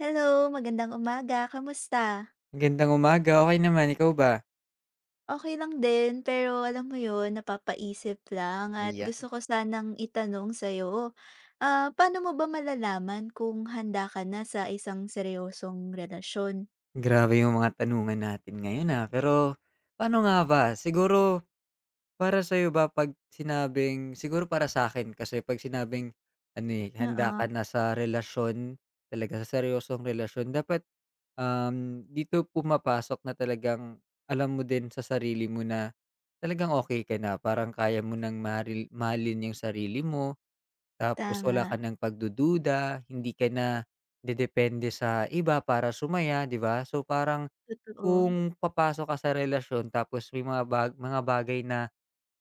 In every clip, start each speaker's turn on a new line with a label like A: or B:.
A: Hello, magandang umaga, kamusta?
B: Magandang umaga, okey naman, ikaw ba?
A: Okay lang din, pero alam mo 'yun, napapaisip lang at
B: Ayan.
A: gusto ko sanang itanong sa'yo, paano mo ba malalaman kung handa ka na sa isang seryosong relasyon?
B: Grabe yung mga tanungan natin ngayon, pero paano nga ba, siguro para sa'yo ba 'pag sinabing siguro para sa akin, kasi 'pag sinabing handa
A: Oo,
B: ka na sa relasyon, talaga sa seryosong relasyon dapat. Dito pumapasok na talagang alam mo din sa sarili mo na talagang okay ka na, parang kaya mo ng mahalin yung sarili mo. Tapos wala
A: tama,
B: ka ng pagdududa, hindi ka na dedepende sa iba para sumaya, 'di ba? So, parang
A: totoo.
B: kung papasok ka sa relasyon tapos may mga bagay na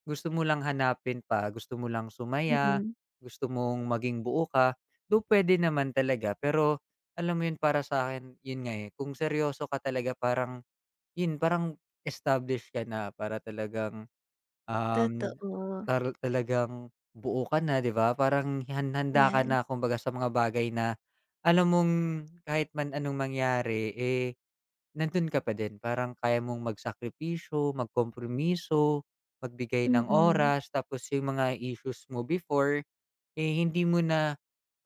B: gusto mo lang hanapin pa, gusto mo lang sumaya,
A: Mm,
B: gusto mong maging buo ka, though pwede naman talaga. Pero alam mo 'yun, para sa akin 'yun nga, kung seryoso ka talaga parang 'yun, parang established ka na para talagang Um,
A: totoo,
B: tara talagang buo ka na, 'di ba? Parang handa ka
A: 'yan.
B: na kumbaga sa mga bagay na alam mong kahit man anong mangyari, nandun ka pa din. Parang kaya mong magsakripisyo, magkompromiso, magbigay ng
A: Mm,
B: oras, tapos yung mga issues mo before, hindi mo na,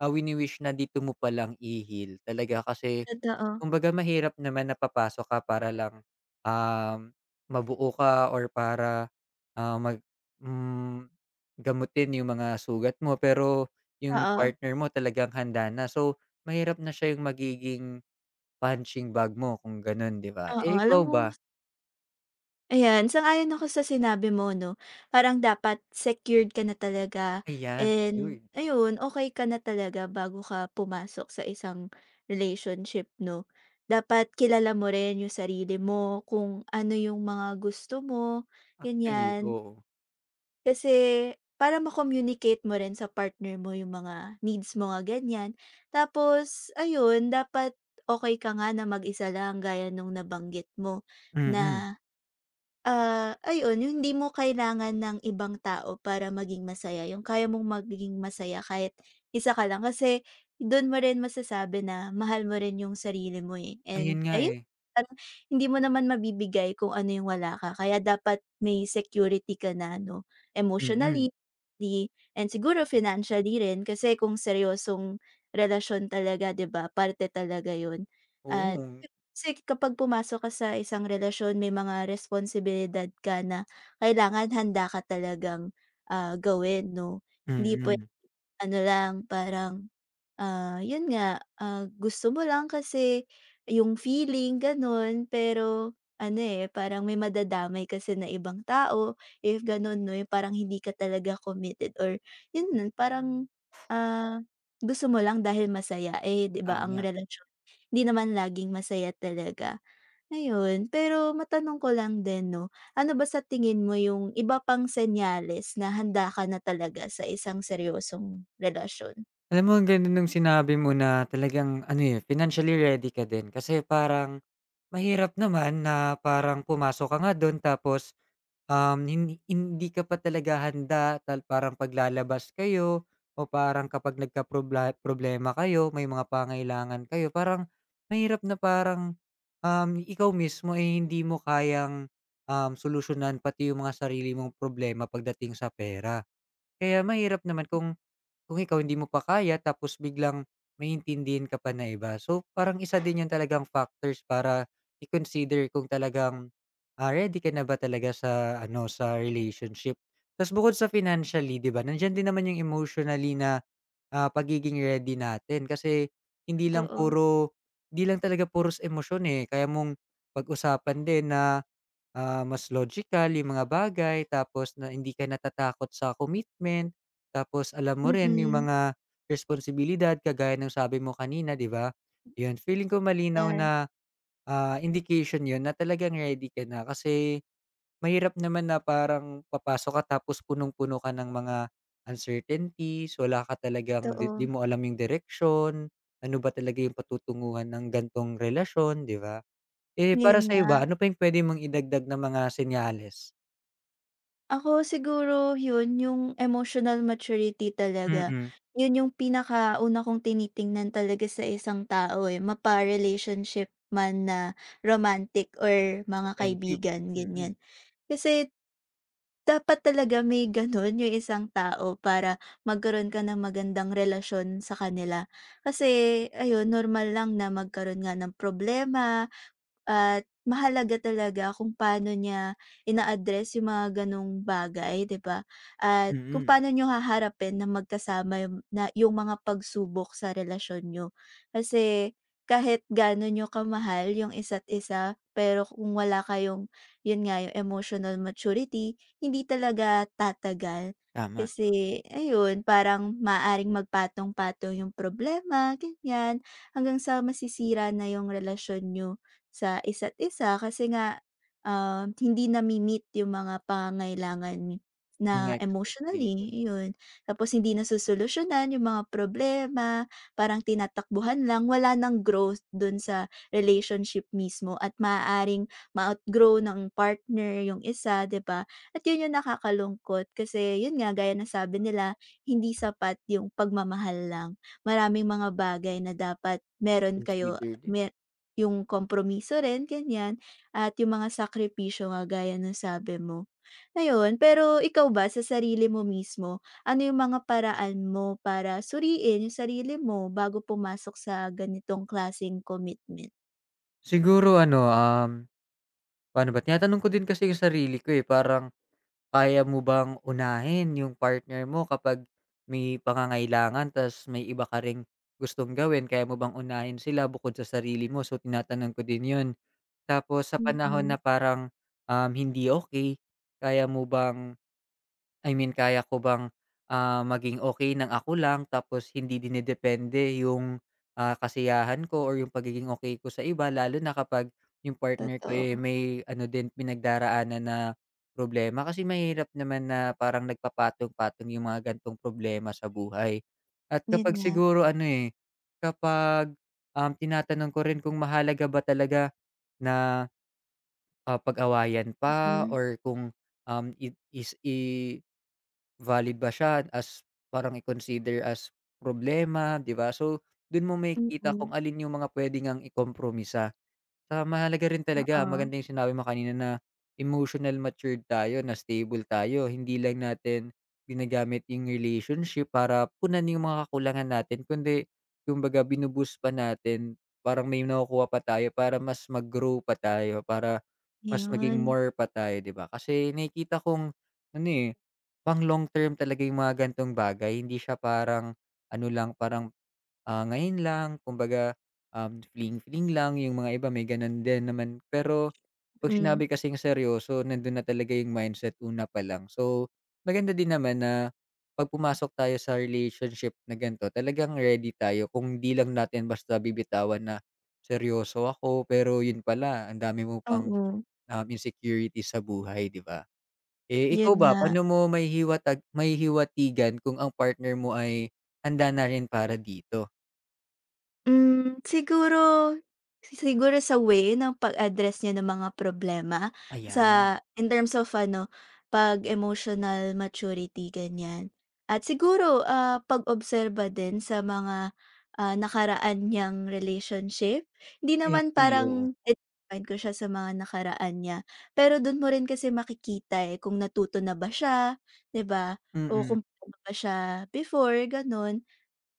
B: wini-wish na dito mo palang ihil. Talaga kasi
A: totoo,
B: kumbaga mahirap naman na papasok ka para lang, um, mabuo ka or para, ah, mag hmm, gamutin yung mga sugat mo pero yung
A: oo,
B: partner mo talagang handa na. So, mahirap na siya yung magiging punching bag mo kung gano'n, 'di ba?
A: oo.
B: Eh,
A: Alam
B: ikaw
A: mo,
B: ba?
A: ayan, sang-ayon ako sa sinabi mo 'no. Parang dapat secured ka na talaga
B: Ayan,
A: and
B: secured.
A: ayun, okay ka na talaga bago ka pumasok sa isang relationship 'no. Dapat kilala mo rin yung sarili mo, kung ano yung mga gusto mo,
B: Actually,
A: ganyan.
B: oo.
A: Kasi para ma-communicate mo rin sa partner mo yung mga needs mo nga, ganyan. Tapos ayun, dapat okay ka nga na mag-isa lang gaya nung nabanggit mo
B: Mm.
A: na ayun yung hindi mo kailangan ng ibang tao para maging masaya, yung kaya mong maging masaya kahit isa ka lang kasi dun mo rin masasabi na mahal mo rin yung sarili mo, eh,
B: Ayun
A: and
B: nga,
A: ayun
B: eh.
A: parang hindi mo naman mabibigay kung ano yung wala ka kaya dapat may security ka na 'no,
B: Mm.
A: emotionally di- and siguro financially rin kasi kung seryosong relasyon talaga 'di ba parte talaga yun
B: Oo.
A: kasi kapag pumasok ka sa isang relasyon may mga responsibilidad ka na kailangan handa ka talagang, gawin 'no. Hindi po
B: Mm.
A: ano lang parang, 'yun nga, gusto mo lang kasi yung feeling gano'n, pero ano, eh, parang may madadamay kasi na ibang tao if gano'n 'no, yung parang hindi ka talaga committed or 'yun nun parang, ah, gusto mo lang dahil masaya, eh, 'di ba ang
B: Tama.
A: relasyon hindi naman laging masaya talaga. Ayun, pero matanong ko lang din 'no, ano ba sa tingin mo yung iba pang senyales na handa ka na talaga sa isang seryosong relasyon?
B: Alam mo ang ganda nung sinabi mo na talagang ano, financially ready ka din kasi parang mahirap naman na parang pumasok ka nga dun tapos, um, hin hindi ka pa talaga handa parang paglalabas kayo o parang kapag problema kayo, may mga pangailangan kayo, parang mahirap na parang, ikaw mismo, ay hindi mo kayang, solusyonan pati yung mga sarili mong problema pagdating sa pera. Kaya mahirap naman kung ikaw hindi mo pa kaya tapos biglang maintindihan ka pa na iba. So, parang isa din 'yun talagang factors para i-consider kung talagang, ready ka na ba talaga sa ano, sa relationship. Ta's bukod sa financially, 'di ba, nandiyan din naman 'yung emotionally na, pagiging ready natin kasi hindi lang
A: Totoo.
B: puro hindi lang talaga puros emosyon, eh, kaya mong pag-usapan din na mas logical yung mga bagay tapos na hindi ka natatakot sa commitment, tapos alam mo rin yung
A: Mm,
B: mga responsibilidad kagaya ng sabi mo kanina, 'di ba? Yun, feeling ko malinaw
A: 'yan.
B: na, indication yun na talagang ready ka na kasi mahirap naman na parang papasok ka tapos punong-puno ka ng mga uncertainties, wala ka talagang di di
A: Totoo.
B: mo alam yung direction ano ba talaga yung patutunguhan ng gan'tong relasyon, 'di ba? Eh,
A: Yun
B: para sa'yo ba,
A: nga.
B: ano pa yung puwede mong idagdag na mga senyales.
A: Ako siguro yun, yung emotional maturity talaga.
B: Mm.
A: Yun yung pinakauna kong tinitingnan talaga sa isang tao, eh, mapa-relationship man na romantic or
B: Sa
A: mga
B: friendship?
A: kaibigan, ganyan.
B: Mm.
A: Kasi dapat talaga may gano'n yung isang tao para magkaroon ka ng magandang relasyon sa kanila. Kasi ayun, normal lang na magkaroon nga ng problema at mahalaga talaga kung paano niya ina-address yung mga gano'ng bagay, 'di ba? At kung
B: Mm,
A: paano niyo haharapin na magkasama yung na yung mga pagsubok sa relasyon niyo. Kasi kahit gaano niyo kamahal yung isa't isa, pero kung wala kayong, yun nga, yung emotional maturity, hindi talaga tatagal.
B: tama.
A: Kasi, ayun, parang maaring magpatong-patong yung problema, ganyan, hanggang sa masisira na yung relasyon niyo sa isa't isa kasi nga, hindi nami-meet yung mga pangangailangan na
B: Mga
A: emotionally,
B: expectations,
A: yun. Tapos hindi nasusolusyunan yung mga problema, parang tinatakbuhan lang, wala nang growth dun sa relationship mismo at maaaring ma-outgrow ng partner yung isa, 'di ba? At yun yung nakakalungkot kasi yun nga, gaya na sabi nila, hindi sapat yung pagmamahal lang. Maraming mga bagay na dapat meron kayo,
B: consider din.
A: mer yung kompromiso rin ganyan at yung mga sakripisyo nga gaya ng sabi mo. Ayun, pero ikaw ba sa sarili mo mismo, ano yung mga paraan mo para suriin yung sarili mo bago pumasok sa ganitong klaseng commitment?
B: Siguro ano, paano ba, tinatanong ko din kasi yung sarili ko, eh, parang kaya mo bang unahin yung partner mo kapag may pangangailangan ta's may iba ka ring gustong gawin, kaya mo bang unahin sila bukod sa sarili mo? So, tinatanong ko din yun. Tapos sa panahon
A: Mm,
B: na parang, hindi okey, kaya mo bang I mean, kaya ko bang, maging okay ng ako lang tapos hindi dinedepende yung, kasiyahan ko or yung pagiging okay ko sa iba lalo na kapag yung partner ko,
A: totoo.
B: may ano din pinagdaraanan na problema. Kasi mahirap naman na parang nagpapatong-patong yung mga gantong problema sa buhay. At
A: Yun
B: kapag
A: nga.
B: siguro ano, kapag, tinatanong ko rin kung mahalaga ba talaga na, pag-awayan pa
A: Mm.
B: or kung, it is valid ba siya as parang i-consider as problema, 'di ba? So, dun mo makikita kung
A: Mm.
B: alin yung mga puwede ngang ikompromisa. Tsaka mahalaga rin talaga,
A: Oo,
B: maganda yung sinabi mo kanina na emotional matured tayo, na stable tayo. Hindi lang natin ginagamit yung relationship para punan yung mga kakulangan natin, kundi kumbaga pa natin, parang may nakukuha pa tayo para mas mag-grow pa tayo, para mas maging
A: yun.
B: more pa tayo, di ba? Kasi nakikita kong, ano eh, pang long term talaga yung mga gantong bagay. Hindi siya parang, ano lang, parang ngayon lang kumbaga, fling-fling lang, yung mga iba may gano'n din naman. Pero 'pag
A: Mm.
B: sinabi kasing seryoso nandun na talaga yung mindset una pa lang. So, maganda din naman na 'pag pumasok tayo sa relationship na ganito talagang ready tayo kung 'di lang natin basta bibitawan na, "Seryoso ako pero yun pala ang dami mo pang,
A: Oo,
B: insecurities sa buhay," 'di ba? Eh,
A: yun
B: ikaw ba
A: nga.
B: paano mo may hiwatigan kung ang partner mo ay handa na rin para dito?
A: Hmm, siguro siguro sa way ng pag-address niya ng mga problema sa
B: Ayan.
A: in terms of ano, pag-emotional maturity, ganyan. At siguro, pag-obserba din sa mga, nakaraan niyang relationship. Hindi
B: Ay,
A: naman
B: actually, oo.
A: parang i-define ko siya sa mga nakaraan niya, pero do'n mo rin kasi makikita, eh, kung natuto na ba siya, 'di ba? O
B: Mm,
A: kung paano ba siya before, gano'n.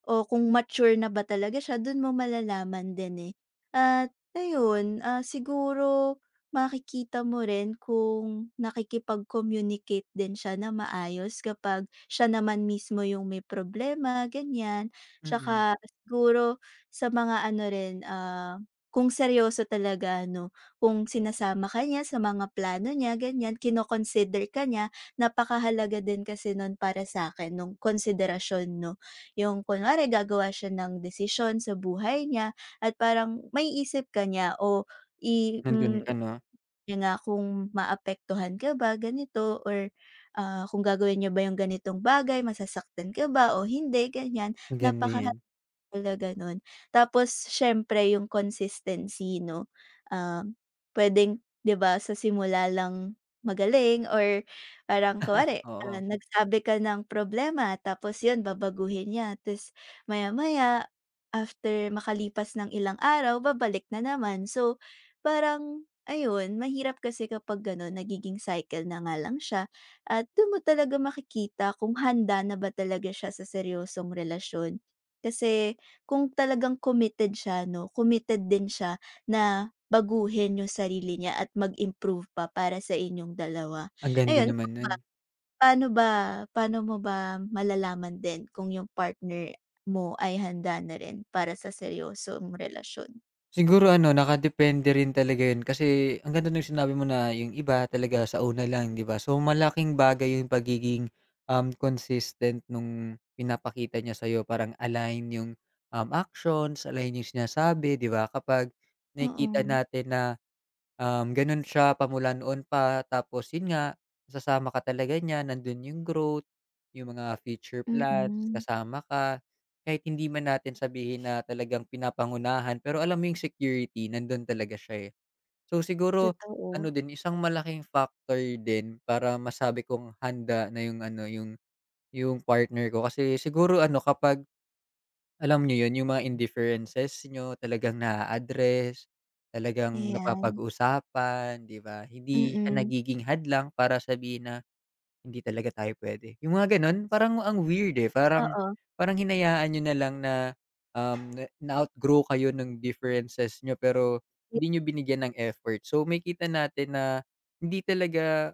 A: O kung mature na ba talaga siya dun mo malalaman din, eh. At ayun, siguro makikita mo rin kung nakikipag-communicate din siya na maayos kapag siya naman mismo yung may problema, ganyan.
B: mm.
A: Tsaka siguro sa mga ano rin, kung seryoso talaga ano, kung sinasama ka niya sa mga plano niya, ganyan, kino-consider ka niya, napakahalaga din kasi nun para sa akin nung konsiderasyon 'no. Yung kunwari gagawa siya ng desisyon sa buhay niya at parang maiisip ka niya o i
B: Nandun
A: hmm,
B: ka 'no?
A: yun nga kung maapektuhan ka ba ganito or, kung gagawin niya ba yung ganitong bagay masasaktan ka ba o hindi, ganyan.
B: Maganda
A: Napaka
B: 'yan.
A: Talaga nun. Tapos siyempre yung consistency 'no, um, puwedeng 'di ba sa simula lang magaling or parang kunwari,
B: Oo.
A: nagsabi ka ng problema tapos yun babaguhin niya ta's maya-maya after makalipas ng ilang araw babalik na naman. So parang ayun, mahirap kasi kapag gano'n nagiging cycle na nga lang siya at dun mo talaga makikita kung handa na ba talaga siya sa seryosong relasyon. Kasi kung talagang committed siya 'no, committed din siya na baguhin yung sarili niya at mag-improve pa para sa inyong dalawa.
B: Ang ganda
A: Ayun,
B: naman
A: ikaw ba,
B: nun.
A: paano ba paano mo ba malalaman din kung yung partner mo ay handa na rin para sa seryosong relasyon?
B: Siguro ano, nakadepende rin talaga yun kasi ang ganda nung sinabi mo na yung iba talaga sa una lang, 'di ba? So, malaking bagay yung pagiging, consistent nung pinapakita niya sa'yo. Parang align yung, actions, align yung sinasabi, 'di ba? Kapag nakikita
A: Oo,
B: natin na gano'n siya pa noon pa tapos 'yun nga, nasasama ka talaga niya, nando'n 'yung growth, 'yung mga future plans,
A: mm,
B: kasama ka. Kahit hindi man natin sabihin na talagang pinapangunahan, pero alam mo 'yung security nandun talaga siya, eh. So siguro
A: totoo,
B: ano din, isang malaking factor din para masabi kong handa na 'yung ano, 'yung partner ko kasi siguro ano kapag alam niyo 'yun, yung mga indifferences niyo talagang naa-address, talagang
A: ayan,
B: napapag-usapan, 'di ba? Hindi siya
A: mm,
B: nagiging hadlang para sabihin na, "Hindi talaga tayo puwede." Yung mga gano'n, parang ang weird, eh. Parang
A: oo,
B: parang hinayaan niyo na lang na, na-outgrow kayo ng differences niyo pero hindi niyo binigyan ng effort. So, makita natin na hindi talaga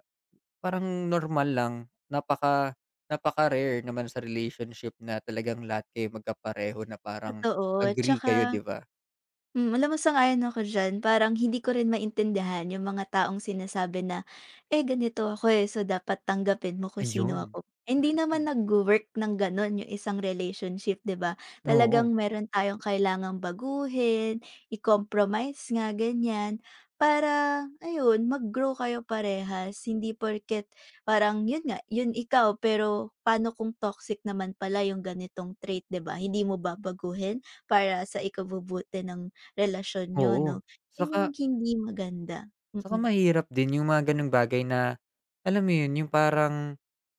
B: parang normal lang, napaka napaka-rare naman sa relationship na talagang lahat kayo magkapareho na parang
A: totoo.
B: agree
A: Tsaka
B: kayo, 'di ba?
A: Alam mo sang-ayon ako diyan. Parang hindi ko rin maintindihan yung mga taong sinasabi na, "Eh, ganito ako, eh, so dapat tanggapin mo kung sino
B: Ayun.
A: ako." Hindi naman
B: Mm.
A: nagwo-work ng gano'n yung isang relationship, 'di ba?
B: Oo,
A: Talagang meron tayong kailangang baguhin, i-compromise nga, ganyan, para ayun, mag-grow kayo parehas. Hindi porket parang yun nga, yun ikaw, pero paano kung toxic naman pala yung ganitong trait, 'di ba? Hindi mo ba baguhin para sa ikabubuti ng relasyon niyo 'no,
B: oo.
A: yun yung
B: Saka
A: hindi maganda,
B: saka
A: mm,
B: mahirap din yung mga gano'ng bagay na, alam mo yun, yung parang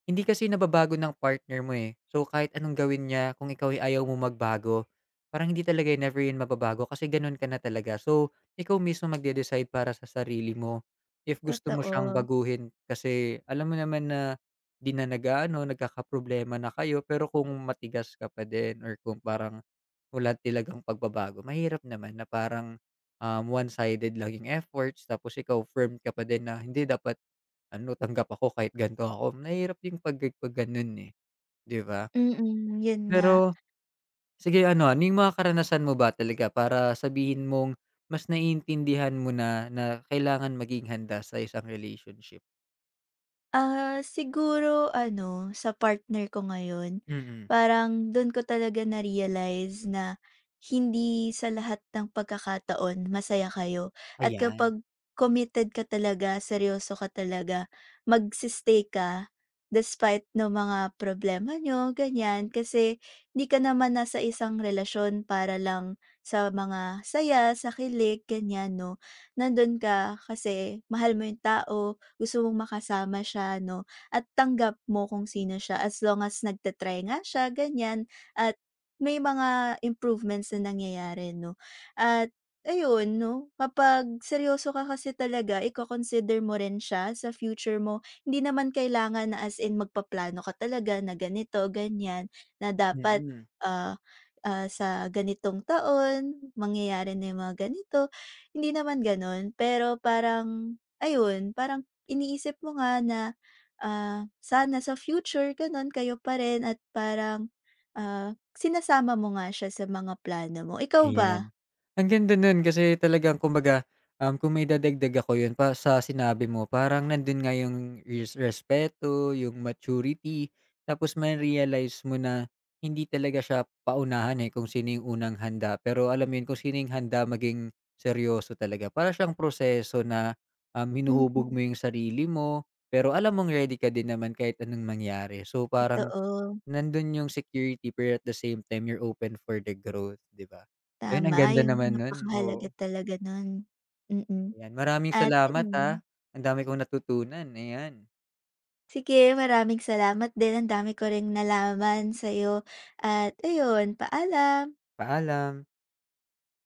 B: hindi kasi nababago ng partner mo, eh. So, kahit anong gawin niya kung ikaw ay ayaw mo magbago, parang hindi talaga yun, never yun mababago kasi gano'n ka na talaga. So, ikaw mismo magde-decide para sa sarili mo if gusto mo siyang
A: totoo.
B: baguhin kasi alam mo naman na di na nag-aano, nagkakaproblema na kayo pero kung matigas ka pa din or kung parang wala talagang pagbabago, mahirap naman na parang one-sided laging efforts tapos ikaw firm ka pa din na, "Hindi dapat ano, tanggap ako kahit ganito ako." Nahirap yung pag gano'n, eh, 'di ba?
A: Mm. Yun nga.
B: Pero sige ano, ano yung mga karanasan mo ba talaga para sabihin mong mas naiintindihan mo na na kailangan maging handa sa isang relationship?
A: Siguro ano, sa partner ko ngayon,
B: Mm,
A: parang dun ko talaga na-realize na hindi sa lahat ng pagkakataon masaya kayo. At
B: ayan.
A: kapag committed ka talaga, seryoso ka talaga, magsi ka despite ng mga problema nyo ganyan. Kasi hindi ka naman nasa isang relasyon para lang sa mga saya, sa kilig, ganyan, no? Nandun ka kasi mahal mo yung tao, gusto mong makasama siya 'no, at tanggap mo kung sino siya as long as nagta nga siya ganyan at may mga improvements na nangyayari 'no. At ayun 'no, kapag seryoso ka kasi talaga iko-consider mo rin siya sa future mo. Hindi naman kailangan na as in magpaplano ka talaga na ganito, ganyan, na dapat,
B: Mm.
A: ah, sa ganitong taon mangyayari na yung mga ganito, hindi naman gano'n. Pero parang ayun, parang iniisip mo nga na, sana sa future gano'n kayo pa rin at parang, ah, sinasama mo nga siya sa mga plano mo. Ikaw ba?
B: Ayan. Ang ganda nun kasi talagang kumbaga, kung may dadagdag ako yun pa sa sinabi mo parang nandun nga yung respeto, yung maturity, tapos ma-realize mo na hindi talaga siya paunahan, eh, kung sino yung unang handa. Pero alam mo yun, kung sino yung handa maging seryoso talaga. Para siyang proseso na, hinuhubog
A: Mm,
B: mo yung sarili mo, pero alam mong ready ka din naman kahit anong mangyari. So, parang
A: totoo,
B: nandun yung security pero at the same time you're open for the growth, 'di ba? So ayun, ang
A: tama
B: ganda
A: yung
B: naman nun,
A: napakahalaga
B: oo.
A: talaga nun. Mm,
B: Ayan, maraming
A: at
B: salamat,
A: ayun,
B: ah. Ang dami kong natutunan, ayan.
A: sige maraming salamat din ang dami ko ring nalaman sa'yo at ayun, paalam.
B: Paalam.